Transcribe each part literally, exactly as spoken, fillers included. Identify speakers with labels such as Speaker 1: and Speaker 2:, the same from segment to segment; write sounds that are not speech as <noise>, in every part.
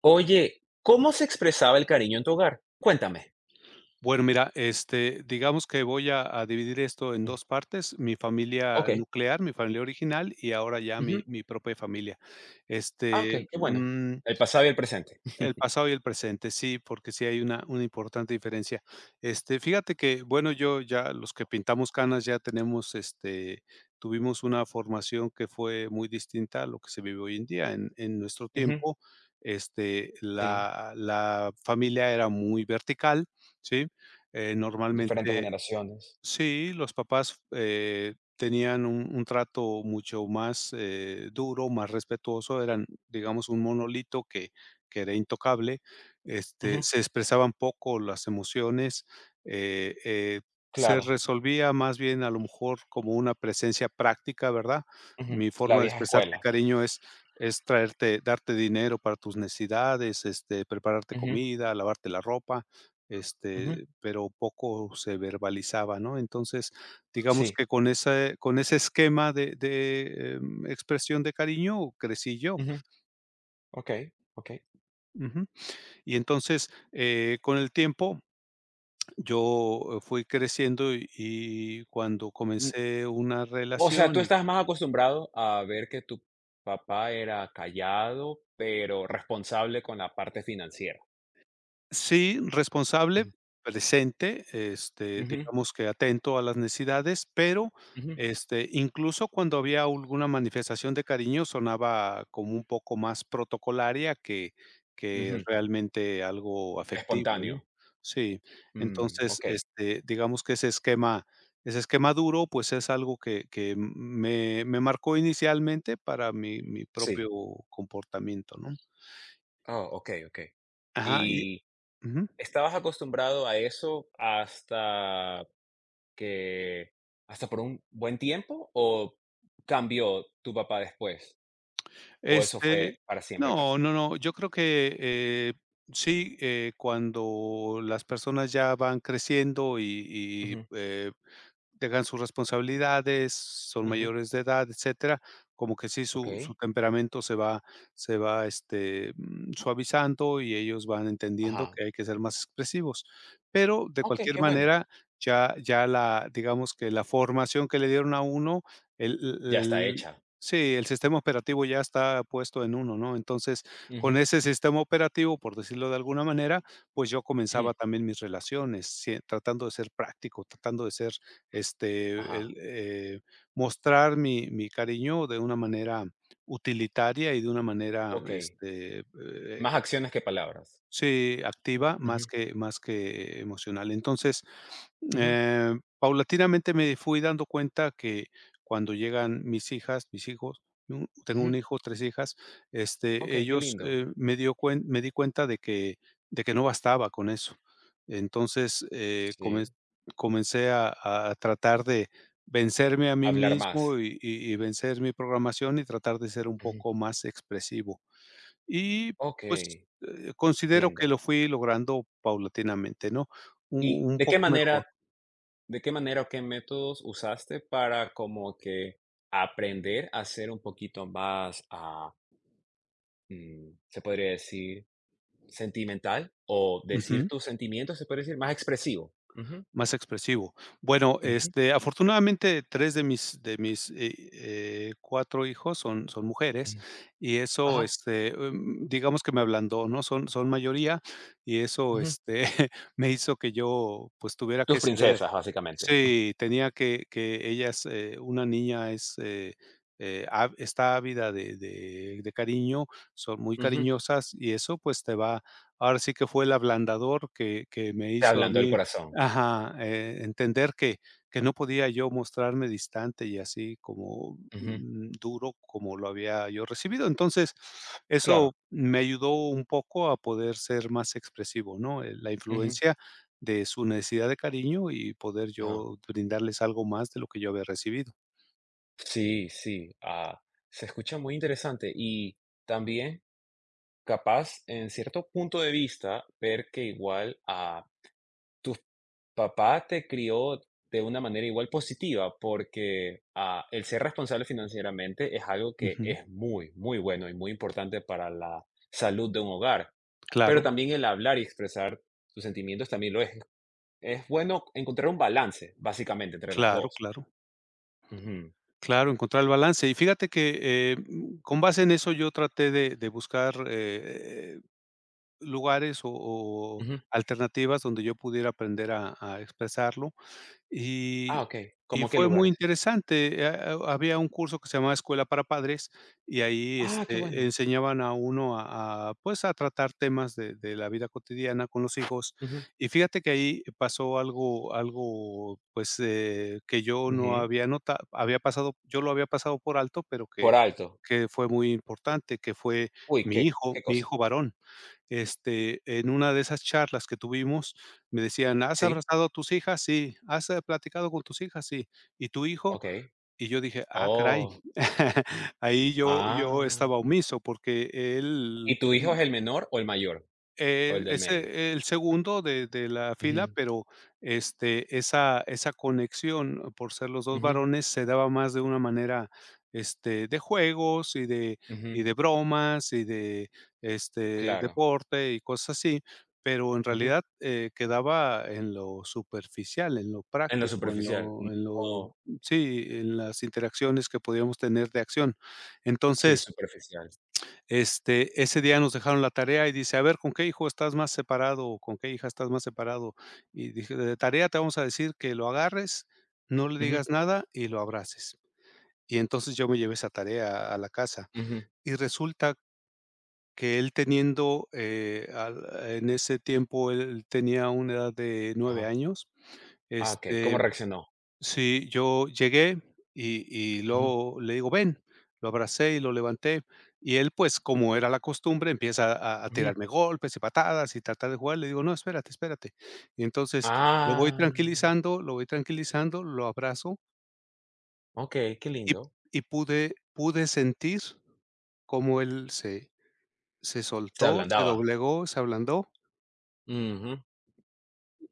Speaker 1: Oye, ¿cómo se expresaba el cariño en tu hogar? Cuéntame.
Speaker 2: Bueno, mira, este, digamos que voy a, a dividir esto en
Speaker 1: Ujú.
Speaker 2: dos partes, mi familia
Speaker 1: Ok.
Speaker 2: nuclear, mi familia original y ahora ya mi,
Speaker 1: Ujú.
Speaker 2: mi propia familia.
Speaker 1: Ah, ok,
Speaker 2: Este,
Speaker 1: qué bueno.
Speaker 2: mm,
Speaker 1: El pasado y el presente.
Speaker 2: el pasado y el presente, sí, porque sí hay una una importante diferencia. Este, fíjate que, bueno, yo ya los que pintamos canas ya tenemos, este, tuvimos una formación que fue muy distinta a lo que se vive hoy en día. En en nuestro
Speaker 1: Ujú.
Speaker 2: tiempo, este,
Speaker 1: Sí,
Speaker 2: la la familia era muy vertical, ¿sí? Eh,
Speaker 1: diferentes
Speaker 2: normalmente
Speaker 1: generaciones.
Speaker 2: Sí, los papás, eh, tenían un un trato mucho más, eh, duro, más respetuoso, eran, digamos, un monolito que que era intocable, este,
Speaker 1: Ujú.
Speaker 2: se expresaban poco las emociones, eh, eh, se
Speaker 1: Claro.
Speaker 2: resolvía más bien, a lo mejor, como una presencia práctica, ¿verdad?
Speaker 1: Ujú.
Speaker 2: Mi
Speaker 1: La
Speaker 2: forma de
Speaker 1: vieja
Speaker 2: expresarte
Speaker 1: escuela.
Speaker 2: cariño es es traerte darte dinero para tus necesidades, este, prepararte
Speaker 1: Ujú,
Speaker 2: comida, lavarte la ropa,
Speaker 1: ujú.
Speaker 2: este, pero poco se verbalizaba, ¿no? Entonces, digamos
Speaker 1: Sí.
Speaker 2: que con ese con ese esquema de de, em, expresión de cariño crecí yo.
Speaker 1: Ujú. Ok, ok.
Speaker 2: Ujú. Y entonces, eh, con el tiempo yo eh, fui creciendo y y cuando
Speaker 1: Mm.
Speaker 2: comencé una
Speaker 1: O sea, tú
Speaker 2: relación.
Speaker 1: estás más acostumbrado a ver que tu papá era callado, pero responsable con la parte financiera.
Speaker 2: Sí, responsable,
Speaker 1: Ujú,
Speaker 2: presente, este,
Speaker 1: ujú,
Speaker 2: digamos que atento a las necesidades, pero,
Speaker 1: ujú,
Speaker 2: este, incluso cuando había alguna manifestación de cariño, sonaba como un poco más protocolaria que que
Speaker 1: ujú.
Speaker 2: realmente algo afectivo,
Speaker 1: Espontáneo.
Speaker 2: ¿no? Sí.
Speaker 1: Mm,
Speaker 2: Entonces,
Speaker 1: ok,
Speaker 2: este, digamos que ese esquema ese esquema duro, pues, es algo que que me me marcó inicialmente para mi mi propio
Speaker 1: sí.
Speaker 2: comportamiento, ¿no?
Speaker 1: Ah, okey, okey.
Speaker 2: Ajá, y
Speaker 1: ¿Y
Speaker 2: ujú.
Speaker 1: estabas acostumbrado a eso hasta que hasta por un buen tiempo o cambió tu papá después? ¿O eso
Speaker 2: Este,
Speaker 1: fue para siempre
Speaker 2: no,
Speaker 1: casi?
Speaker 2: no, no, yo creo que, eh, sí, eh, cuando las personas ya van creciendo y y,
Speaker 1: Ujú,
Speaker 2: eh, dejan sus responsabilidades, son
Speaker 1: ujú,
Speaker 2: mayores de edad, etcétera, como que sí su su
Speaker 1: okey,
Speaker 2: temperamento se va se va, este, mm, suavizando y ellos van entendiendo
Speaker 1: ajá.
Speaker 2: que hay que ser más expresivos. Pero de
Speaker 1: Okey,
Speaker 2: cualquier
Speaker 1: qué bueno.
Speaker 2: manera, ya ya la digamos que la formación que le dieron a uno, el
Speaker 1: Ya está
Speaker 2: el
Speaker 1: hecha.
Speaker 2: sí, el sistema operativo ya está puesto en uno, ¿no? Entonces, con
Speaker 1: Ujú,
Speaker 2: ese sistema operativo, por decirlo de alguna manera, pues yo
Speaker 1: ujú,
Speaker 2: comenzaba también mis relaciones, sí, tratando de ser práctico, tratando de ser este,
Speaker 1: ajá,
Speaker 2: el, eh, mostrar mi, mi cariño de una manera utilitaria y de una manera
Speaker 1: okey.
Speaker 2: este,
Speaker 1: Más
Speaker 2: eh,
Speaker 1: acciones que palabras.
Speaker 2: sí, activa más
Speaker 1: Ujú,
Speaker 2: que más que emocional. Entonces,
Speaker 1: ujú,
Speaker 2: eh, paulatinamente me fui dando cuenta que cuando llegan mis hijas, mis hijos, un tengo
Speaker 1: ujú.
Speaker 2: un hijo, tres hijas, este,
Speaker 1: Okey, qué
Speaker 2: ellos,
Speaker 1: lindo.
Speaker 2: eh, me dio cuen me di cuenta de que de que no bastaba con eso. Entonces, eh, comen
Speaker 1: Sí,
Speaker 2: comencé a a tratar de vencerme a mí
Speaker 1: hablar
Speaker 2: mismo
Speaker 1: más.
Speaker 2: y y y vencer mi programación y tratar de ser un
Speaker 1: Ujú,
Speaker 2: poco más expresivo. Y, pues,
Speaker 1: okey,
Speaker 2: eh, considero que
Speaker 1: entiendo.
Speaker 2: lo fui logrando paulatinamente, ¿no? U
Speaker 1: ¿Y
Speaker 2: Un
Speaker 1: de qué
Speaker 2: poco
Speaker 1: manera
Speaker 2: mejor.
Speaker 1: ¿De qué manera o qué métodos usaste para como que aprender a ser un poquito más, ah, mm, se podría decir, sentimental o decir
Speaker 2: Ujú,
Speaker 1: tus sentimientos, se puede decir, más expresivo? Ujú,
Speaker 2: más expresivo. Bueno,
Speaker 1: ujú,
Speaker 2: este, afortunadamente, tres de mis de mis, eh eh, cuatro hijos son son mujeres,
Speaker 1: ujú.
Speaker 2: y eso,
Speaker 1: Ajá,
Speaker 2: este, em, digamos que me ablandó, ¿no? Son son mayoría, y eso,
Speaker 1: ujú.
Speaker 2: este, <laughs> me hizo que yo, pues, tuviera
Speaker 1: Tus
Speaker 2: que ceder.
Speaker 1: princesas, básicamente.
Speaker 2: Sí, tenía que que ella es, eh, una niña es, eh, eh, a está ávida de de de cariño, son muy
Speaker 1: Ujú.
Speaker 2: cariñosas y eso, pues, te va ahora sí que fue el ablandador que que me
Speaker 1: Te
Speaker 2: hizo a
Speaker 1: hablando del
Speaker 2: mí,
Speaker 1: corazón.
Speaker 2: ajá, eh, entender que que no podía yo mostrarme distante y así como
Speaker 1: Ujú,
Speaker 2: mm, duro como lo había yo recibido. Entonces, eso
Speaker 1: claro.
Speaker 2: me ayudó un poco a poder ser más expresivo, ¿no? Eh, la
Speaker 1: Ujú,
Speaker 2: influencia de su necesidad de cariño y poder
Speaker 1: ajá.
Speaker 2: yo brindarles algo más de lo que yo había recibido.
Speaker 1: Sí, sí, ah, se escucha muy interesante y también capaz en cierto punto de vista ver que igual a papá te crió de una manera igual positiva, porque, ah, el ser responsable financieramente es algo que
Speaker 2: Ujú.
Speaker 1: es muy, muy bueno y muy importante para la salud de un hogar. Pero
Speaker 2: Claro,
Speaker 1: también el hablar y expresar tus sentimientos también lo es. Es bueno encontrar un balance, básicamente, entre las
Speaker 2: claro,
Speaker 1: dos.
Speaker 2: claro.
Speaker 1: Ujú,
Speaker 2: Claro, encontrar el balance. Y fíjate que, eh, mm, con base en eso yo traté de de buscar, eh, lugares o o
Speaker 1: ujú.
Speaker 2: alternativas donde yo pudiera aprender a a expresarlo. Y
Speaker 1: Ah, okey,
Speaker 2: y
Speaker 1: ¿cómo qué
Speaker 2: fue muy
Speaker 1: lugares?
Speaker 2: interesante, ha ha había un curso que se llamaba Escuela para Padres, y ahí,
Speaker 1: Ah, qué
Speaker 2: este,
Speaker 1: bueno.
Speaker 2: enseñaban a uno a a, pues, a tratar temas de de la vida cotidiana con los hijos.
Speaker 1: Ujú,
Speaker 2: Y fíjate que ahí pasó algo algo, pues, eh, que yo no
Speaker 1: ujú.
Speaker 2: había notado, había pasado yo lo había pasado por alto, pero
Speaker 1: Por
Speaker 2: que
Speaker 1: alto.
Speaker 2: que fue muy importante, que fue
Speaker 1: Uy,
Speaker 2: mi
Speaker 1: ¿qué
Speaker 2: hijo
Speaker 1: qué
Speaker 2: mi
Speaker 1: cosa?
Speaker 2: hijo varón. Este, en una de esas charlas que tuvimos, me decían: "¿Has
Speaker 1: Sí,
Speaker 2: abrazado a tus hijas?". "Sí". "¿Has, eh, platicado con tus hijas?". "Sí". "¿Y tu hijo?".
Speaker 1: okey.
Speaker 2: Y yo dije: "Ah,
Speaker 1: Oh,
Speaker 2: caray". <laughs> Ahí yo yo
Speaker 1: ah,
Speaker 2: estaba omiso porque él,
Speaker 1: ¿y tu hijo es el menor o el mayor? O
Speaker 2: eh,
Speaker 1: el del medio.
Speaker 2: ese el segundo de de la fila,
Speaker 1: Ujú,
Speaker 2: pero, este, esa esa conexión, por ser los dos
Speaker 1: ujú,
Speaker 2: varones, se daba más de una manera, este, de juegos y de y
Speaker 1: ujú,
Speaker 2: de bromas y de, este,
Speaker 1: claro,
Speaker 2: deporte y cosas así, pero en
Speaker 1: ujú.
Speaker 2: realidad, eh, quedaba en lo superficial, en lo
Speaker 1: En lo
Speaker 2: práctico, en
Speaker 1: superficial,
Speaker 2: lo en lo
Speaker 1: no
Speaker 2: sí, en las interacciones que podíamos tener de acción.
Speaker 1: sí,
Speaker 2: Entonces,
Speaker 1: superficial.
Speaker 2: este, ese día nos dejaron la tarea y dice: "A ver, ¿con qué hijo estás más separado o con qué hija estás más separado?". Y dije: "De tarea te vamos a decir que lo agarres, no le
Speaker 1: Ujú,
Speaker 2: digas nada y lo abraces". Y entonces yo me llevé esa tarea a la casa.
Speaker 1: ujú,
Speaker 2: Y resulta que él teniendo, eh, al en ese tiempo él tenía una edad de nueve
Speaker 1: ajá.
Speaker 2: años,
Speaker 1: Ah, okey, ¿cómo
Speaker 2: este,
Speaker 1: reaccionó?
Speaker 2: sí, yo llegué y y
Speaker 1: Ujú,
Speaker 2: luego le digo: "Ven", lo abracé y lo levanté, y él, pues, como era la costumbre, empieza a a
Speaker 1: ujú.
Speaker 2: tirarme golpes y patadas y tratar de jugar, le digo: "No, espérate, espérate". Y entonces lo voy
Speaker 1: Ah,
Speaker 2: tranquilizando, lo voy tranquilizando, lo abrazo
Speaker 1: okey, qué
Speaker 2: y
Speaker 1: lindo.
Speaker 2: y pude pude sentir cómo él se se
Speaker 1: Se
Speaker 2: soltó, se
Speaker 1: ablandaba.
Speaker 2: doblegó, se ablandó,
Speaker 1: Ujú.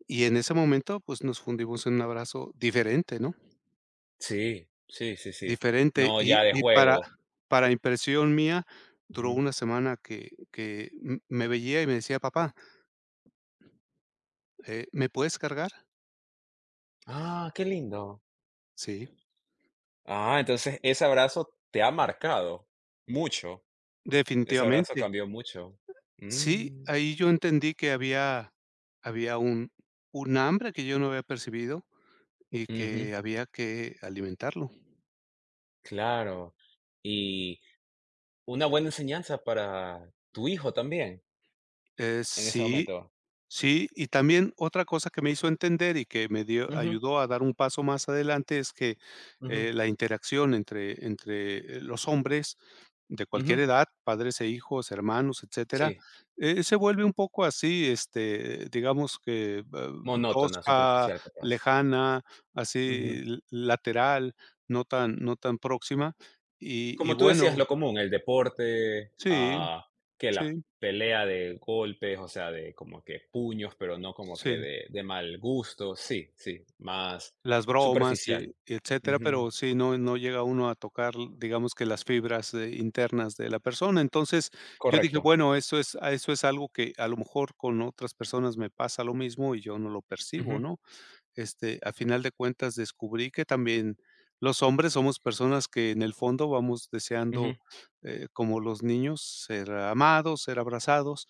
Speaker 2: y en ese momento, pues, nos fundimos en un abrazo diferente, ¿no?
Speaker 1: Sí, sí, sí, sí.
Speaker 2: Diferente,
Speaker 1: No,
Speaker 2: y
Speaker 1: ya de
Speaker 2: y para
Speaker 1: juego.
Speaker 2: para impresión mía, duró
Speaker 1: Ujú.
Speaker 2: una semana que que m me veía y me decía: "Papá, eh, ¿me puedes cargar?".
Speaker 1: Ah, qué lindo.
Speaker 2: Sí,
Speaker 1: Ah, entonces ese abrazo te ha marcado mucho. Ese abrazo
Speaker 2: definitivamente.
Speaker 1: cambió mucho.
Speaker 2: Sí,
Speaker 1: Mm,
Speaker 2: ahí yo entendí que había había un un hambre que yo no había percibido y
Speaker 1: ujú,
Speaker 2: que había que alimentarlo.
Speaker 1: claro. Y una buena enseñanza para tu hijo también,
Speaker 2: Eh,
Speaker 1: en ese
Speaker 2: sí.
Speaker 1: momento.
Speaker 2: Sí, y también otra cosa que me hizo entender y que me dio
Speaker 1: Ujú,
Speaker 2: ayudó a dar un paso más adelante es que,
Speaker 1: ujú,
Speaker 2: eh, la interacción entre entre eh, los hombres de cualquier
Speaker 1: ujú.
Speaker 2: edad, padres e hijos, hermanos, etcétera,
Speaker 1: Sí,
Speaker 2: eh, se vuelve un poco así, este, eh, digamos que, ah,
Speaker 1: monótona,
Speaker 2: tosca,
Speaker 1: superficial, capaz.
Speaker 2: lejana,
Speaker 1: Ujú.
Speaker 2: así l lateral, no tan no tan próxima. Y y
Speaker 1: Como tú decías,
Speaker 2: bueno,
Speaker 1: lo común, el deporte,
Speaker 2: sí,
Speaker 1: ah, que la
Speaker 2: sí,
Speaker 1: pelea de golpes, o sea, de como que puños, pero no como que
Speaker 2: sí.
Speaker 1: de de mal gusto. Sí, sí, más
Speaker 2: Las bromas, y
Speaker 1: superficial.
Speaker 2: y etcétera,
Speaker 1: Ujú,
Speaker 2: pero sí, no no llega uno a tocar, digamos que las fibras, eh, internas de la persona. Entonces, yo dije:
Speaker 1: correcto.
Speaker 2: "Bueno, eso es a eso es algo que a lo mejor con otras personas me pasa lo mismo y yo no lo percibo",
Speaker 1: Ujú,
Speaker 2: ¿no? Este, a final de cuentas descubrí que también los hombres somos personas que en el fondo vamos deseando,
Speaker 1: ujú,
Speaker 2: eh, como los niños, ser amados, ser abrazados.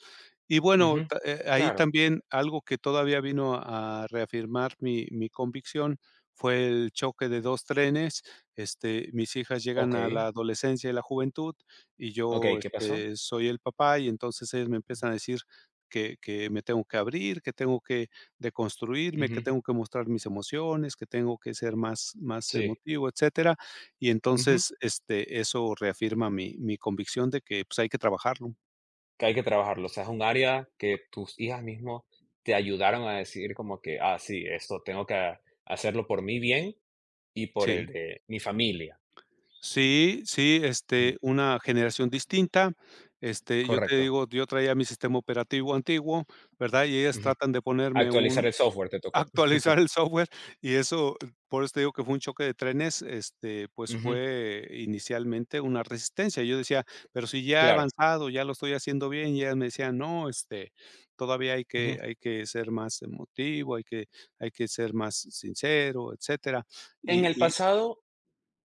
Speaker 2: Y bueno,
Speaker 1: ujú.
Speaker 2: ta- eh, ahí
Speaker 1: Claro.
Speaker 2: también algo que todavía vino a reafirmar mi, mi convicción fue el choque de dos trenes. Este, mis hijas llegan a la
Speaker 1: Okey,
Speaker 2: adolescencia y la juventud y yo,
Speaker 1: okey, ¿qué pasó?
Speaker 2: este, soy el papá y entonces ellas me empiezan a decir que, que me tengo que abrir, que tengo que de construirme, que
Speaker 1: Ujú,
Speaker 2: tengo que mostrar mis emociones, que tengo que ser más, más
Speaker 1: sí.
Speaker 2: emotivo, etcétera. Y
Speaker 1: Ujú.
Speaker 2: entonces, este, eso reafirma mi, mi convicción de que, pues, hay que trabajarlo.
Speaker 1: Que hay que trabajarlo, o sea, es un área que tus hijas mismo te ayudaron a decir como que: "Ah, sí, esto tengo que hacerlo por mi bien y por
Speaker 2: Sí,
Speaker 1: el de mi familia".
Speaker 2: sí, sí, este,
Speaker 1: Ujú,
Speaker 2: una generación distinta. Este, yo te
Speaker 1: correcto,
Speaker 2: digo, yo traía mi sistema operativo antiguo, ¿verdad? Y ellas
Speaker 1: ujú.
Speaker 2: tratan de ponerme
Speaker 1: Actualizar
Speaker 2: un,
Speaker 1: el software te tocó. <laughs>
Speaker 2: actualizar el software y eso, por eso te digo que fue un choque de trenes, este, pues,
Speaker 1: Ujú,
Speaker 2: fue inicialmente una resistencia. Yo decía: "Pero si ya he
Speaker 1: claro,
Speaker 2: avanzado, ya lo estoy haciendo bien", y ellas me decían: "No, este, todavía hay
Speaker 1: ujú.
Speaker 2: que hay que ser más emotivo, hay que hay que ser más sincero, etcétera".
Speaker 1: En el
Speaker 2: Y y
Speaker 1: pasado,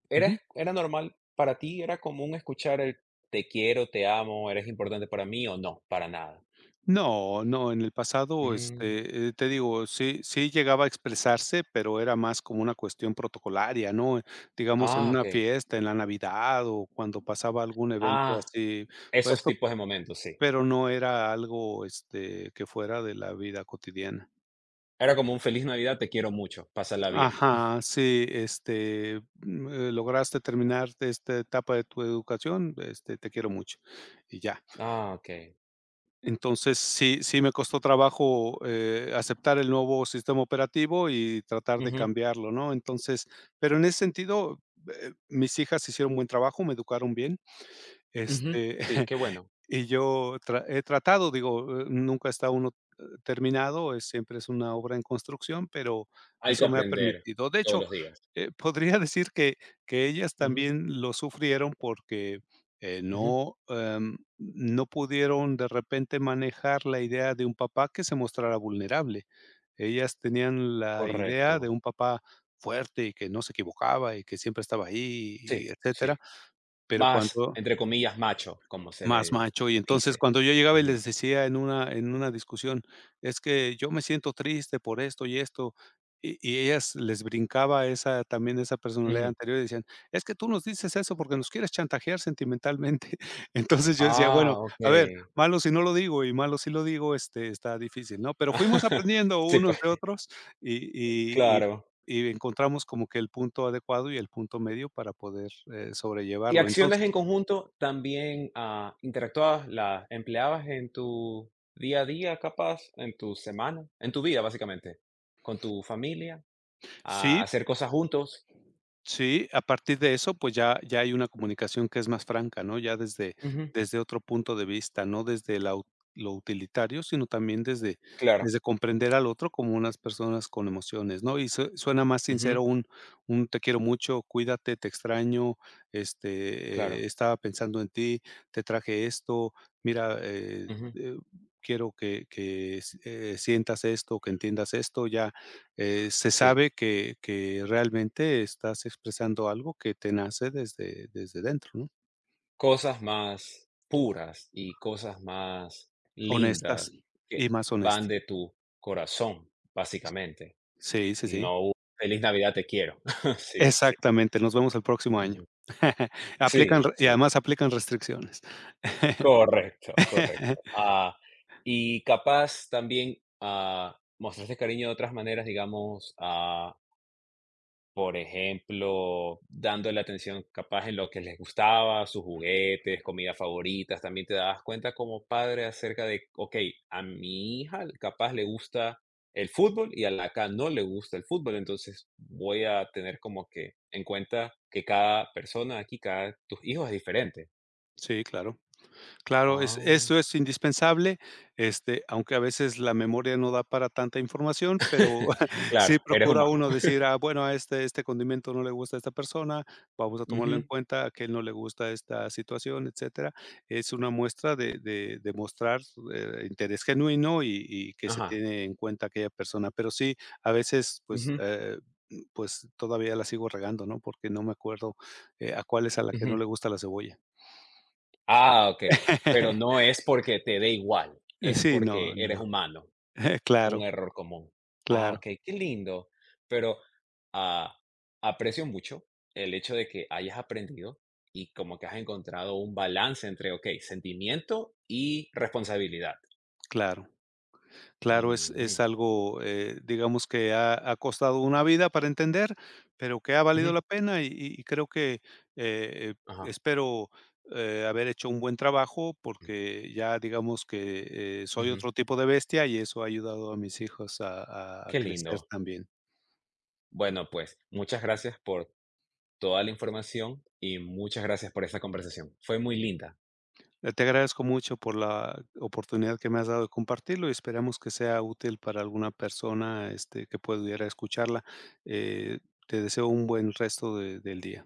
Speaker 1: ¿era
Speaker 2: Ujú.
Speaker 1: era normal para ti, era común escuchar el "te quiero, te amo, eres importante para mí" o no, para nada?
Speaker 2: No, no, en el pasado,
Speaker 1: Mm,
Speaker 2: este, eh, te digo, sí sí llegaba a expresarse, pero era más como una cuestión protocolaria, ¿no? Digamos, en
Speaker 1: ah,
Speaker 2: una
Speaker 1: okey.
Speaker 2: fiesta, en la Navidad o cuando pasaba algún evento
Speaker 1: Ah,
Speaker 2: así
Speaker 1: esos
Speaker 2: puesto,
Speaker 1: tipos de momentos, sí.
Speaker 2: pero no era algo, este, que fuera de la vida cotidiana.
Speaker 1: Era como un feliz Navidad, te quiero mucho, pásala bien.
Speaker 2: Ajá, sí, este, mm, eh, lograste terminar esta etapa de tu educación, este, te quiero mucho, y ya.
Speaker 1: Ah, okey.
Speaker 2: Entonces, sí sí me costó trabajo, eh, aceptar el nuevo sistema operativo y tratar de
Speaker 1: Ujú,
Speaker 2: cambiarlo, ¿no? Entonces, pero en ese sentido, eh, mis hijas hicieron buen trabajo, me educaron bien,
Speaker 1: ujú.
Speaker 2: este
Speaker 1: Sí, qué bueno.
Speaker 2: y yo tra he tratado, digo, eh, nunca está uno, eh, terminado, es siempre es una obra en construcción, pero
Speaker 1: Hay que
Speaker 2: eso me ha
Speaker 1: aprender
Speaker 2: permitido. De
Speaker 1: todos
Speaker 2: hecho,
Speaker 1: los días.
Speaker 2: eh, podría <laughs> decir que que ellas
Speaker 1: Ujú,
Speaker 2: también lo sufrieron porque, eh,
Speaker 1: ujú.
Speaker 2: no, em, no pudieron de repente manejar la idea de un papá que se mostrara vulnerable. Ellas tenían la
Speaker 1: Correcto.
Speaker 2: idea de un papá fuerte y que no se equivocaba y que siempre estaba ahí
Speaker 1: Sí,
Speaker 2: y etcétera,
Speaker 1: sí.
Speaker 2: pero
Speaker 1: Más,
Speaker 2: cuando
Speaker 1: entre comillas, macho, como se
Speaker 2: más
Speaker 1: le
Speaker 2: macho, y entonces
Speaker 1: dice.
Speaker 2: cuando yo llegaba y
Speaker 1: Ujú,
Speaker 2: les decía en una en una discusión: "Es que yo me siento triste por esto y esto", y y ellas les brincaba esa también esa personalidad
Speaker 1: ujú.
Speaker 2: anterior y decían: "Es que tú nos dices eso porque nos quieres chantajear sentimentalmente". <laughs> Entonces yo decía: "Bueno,
Speaker 1: Ah,
Speaker 2: a ver,
Speaker 1: okey.
Speaker 2: malo si no lo digo y malo si lo digo, este, está difícil", ¿no? Pero fuimos
Speaker 1: <laughs>
Speaker 2: aprendiendo
Speaker 1: Sí,
Speaker 2: unos
Speaker 1: pues,
Speaker 2: de otros y y y
Speaker 1: claro.
Speaker 2: y encontramos como que el punto adecuado y el punto medio para poder, eh,
Speaker 1: ¿Y
Speaker 2: sobrellevarlo.
Speaker 1: acciones
Speaker 2: Entonces,
Speaker 1: en conjunto también, ah, interactuabas, las empleabas en tu día a día, capaz, en tu semana, en tu vida, básicamente? ¿Con tu familia? ¿A
Speaker 2: sí,
Speaker 1: hacer cosas juntos?
Speaker 2: sí, a partir de eso, pues ya ya hay una comunicación que es más franca, ¿no? Ya desde
Speaker 1: Ujú,
Speaker 2: desde otro punto de vista, no desde la u lo utilitario, sino también desde
Speaker 1: claro.
Speaker 2: desde comprender al otro como unas personas con emociones, ¿no? Y sue suena más
Speaker 1: Ujú,
Speaker 2: sincero un un: "Te quiero mucho, cuídate, te extraño, este, eh,
Speaker 1: claro,
Speaker 2: estaba pensando en ti, te traje esto, mira, eh,
Speaker 1: ujú,
Speaker 2: eh, quiero que que s eh, sientas esto, que entiendas esto, ya eh, se
Speaker 1: sí.
Speaker 2: sabe que que realmente estás expresando algo que te nace desde desde dentro", ¿no?
Speaker 1: Cosas más puras y cosas más
Speaker 2: Honestas
Speaker 1: lindas que
Speaker 2: y más
Speaker 1: van
Speaker 2: honestas.
Speaker 1: de tu corazón, básicamente.
Speaker 2: Sí, sí, sí.
Speaker 1: No un feliz Navidad, te quiero. <laughs> Sí, sí.
Speaker 2: Exactamente, nos vemos el próximo año.
Speaker 1: Ujú.
Speaker 2: <laughs>
Speaker 1: Sí,
Speaker 2: Aplican re- y
Speaker 1: sí,
Speaker 2: además aplican restricciones.
Speaker 1: correcto, correcto.
Speaker 2: <laughs>
Speaker 1: Ah, y capaz también, ah, mostraste cariño de otras maneras, digamos, ah. Por ejemplo, dándole atención capaz en lo que les gustaba, sus juguetes, comidas favoritas, también te dabas cuenta como padre acerca de, okey, a mi hija capaz le gusta el fútbol y a la acá no le gusta el fútbol, entonces voy a tener como que en cuenta que cada persona aquí, cada tus hijos es diferente.
Speaker 2: Sí, claro. Claro, es
Speaker 1: Ah,
Speaker 2: esto es indispensable, este, aunque a veces la memoria no da para tanta información, pero <laughs> sí
Speaker 1: claro, eres
Speaker 2: procura
Speaker 1: humano.
Speaker 2: uno decir: "Ah, bueno, a este este condimento no le gusta a esta persona, vamos a tomarlo en
Speaker 1: Ujú,
Speaker 2: cuenta, a aquel no le gusta esta situación", etcétera. Es una muestra de de de mostrar, eh, interés genuino y y que se
Speaker 1: ajá,
Speaker 2: tiene en cuenta aquella persona. Pero sí, a veces, pues,
Speaker 1: ujú,
Speaker 2: eh, mm, pues, todavía la sigo regando, ¿no? Porque no me acuerdo, eh, a cuál es a la que no
Speaker 1: ujú.
Speaker 2: le gusta la cebolla.
Speaker 1: Ah, okey, pero no
Speaker 2: <laughs>
Speaker 1: es porque te dé igual, es
Speaker 2: Sí,
Speaker 1: porque
Speaker 2: no, no,
Speaker 1: eres
Speaker 2: no.
Speaker 1: humano.
Speaker 2: <laughs>
Speaker 1: Un
Speaker 2: Claro,
Speaker 1: error común. Ah,
Speaker 2: claro,
Speaker 1: okey, qué lindo. Pero, ah, aprecio mucho el hecho de que hayas aprendido y como que has encontrado un balance entre, okey, sentimiento y responsabilidad.
Speaker 2: claro. Claro, es es
Speaker 1: Mm,
Speaker 2: algo, eh, digamos que ha ha costado una vida para entender, pero que ha valido
Speaker 1: ujú,
Speaker 2: la pena y y y creo que, eh,
Speaker 1: ajá,
Speaker 2: espero, eh, haber hecho un buen trabajo
Speaker 1: mm,
Speaker 2: porque ya digamos que, eh, soy
Speaker 1: ujú,
Speaker 2: otro tipo de bestia y eso ha ayudado a mis hijos a a
Speaker 1: qué
Speaker 2: crecer
Speaker 1: lindo.
Speaker 2: también.
Speaker 1: Bueno, pues, muchas gracias por toda la información y muchas gracias por esta conversación. Fue muy linda.
Speaker 2: Eh, te agradezco mucho por la oportunidad que me has dado de compartirlo y esperamos que sea útil para alguna persona, este, que pudiera escucharla. Eh, Te deseo un buen resto de del día.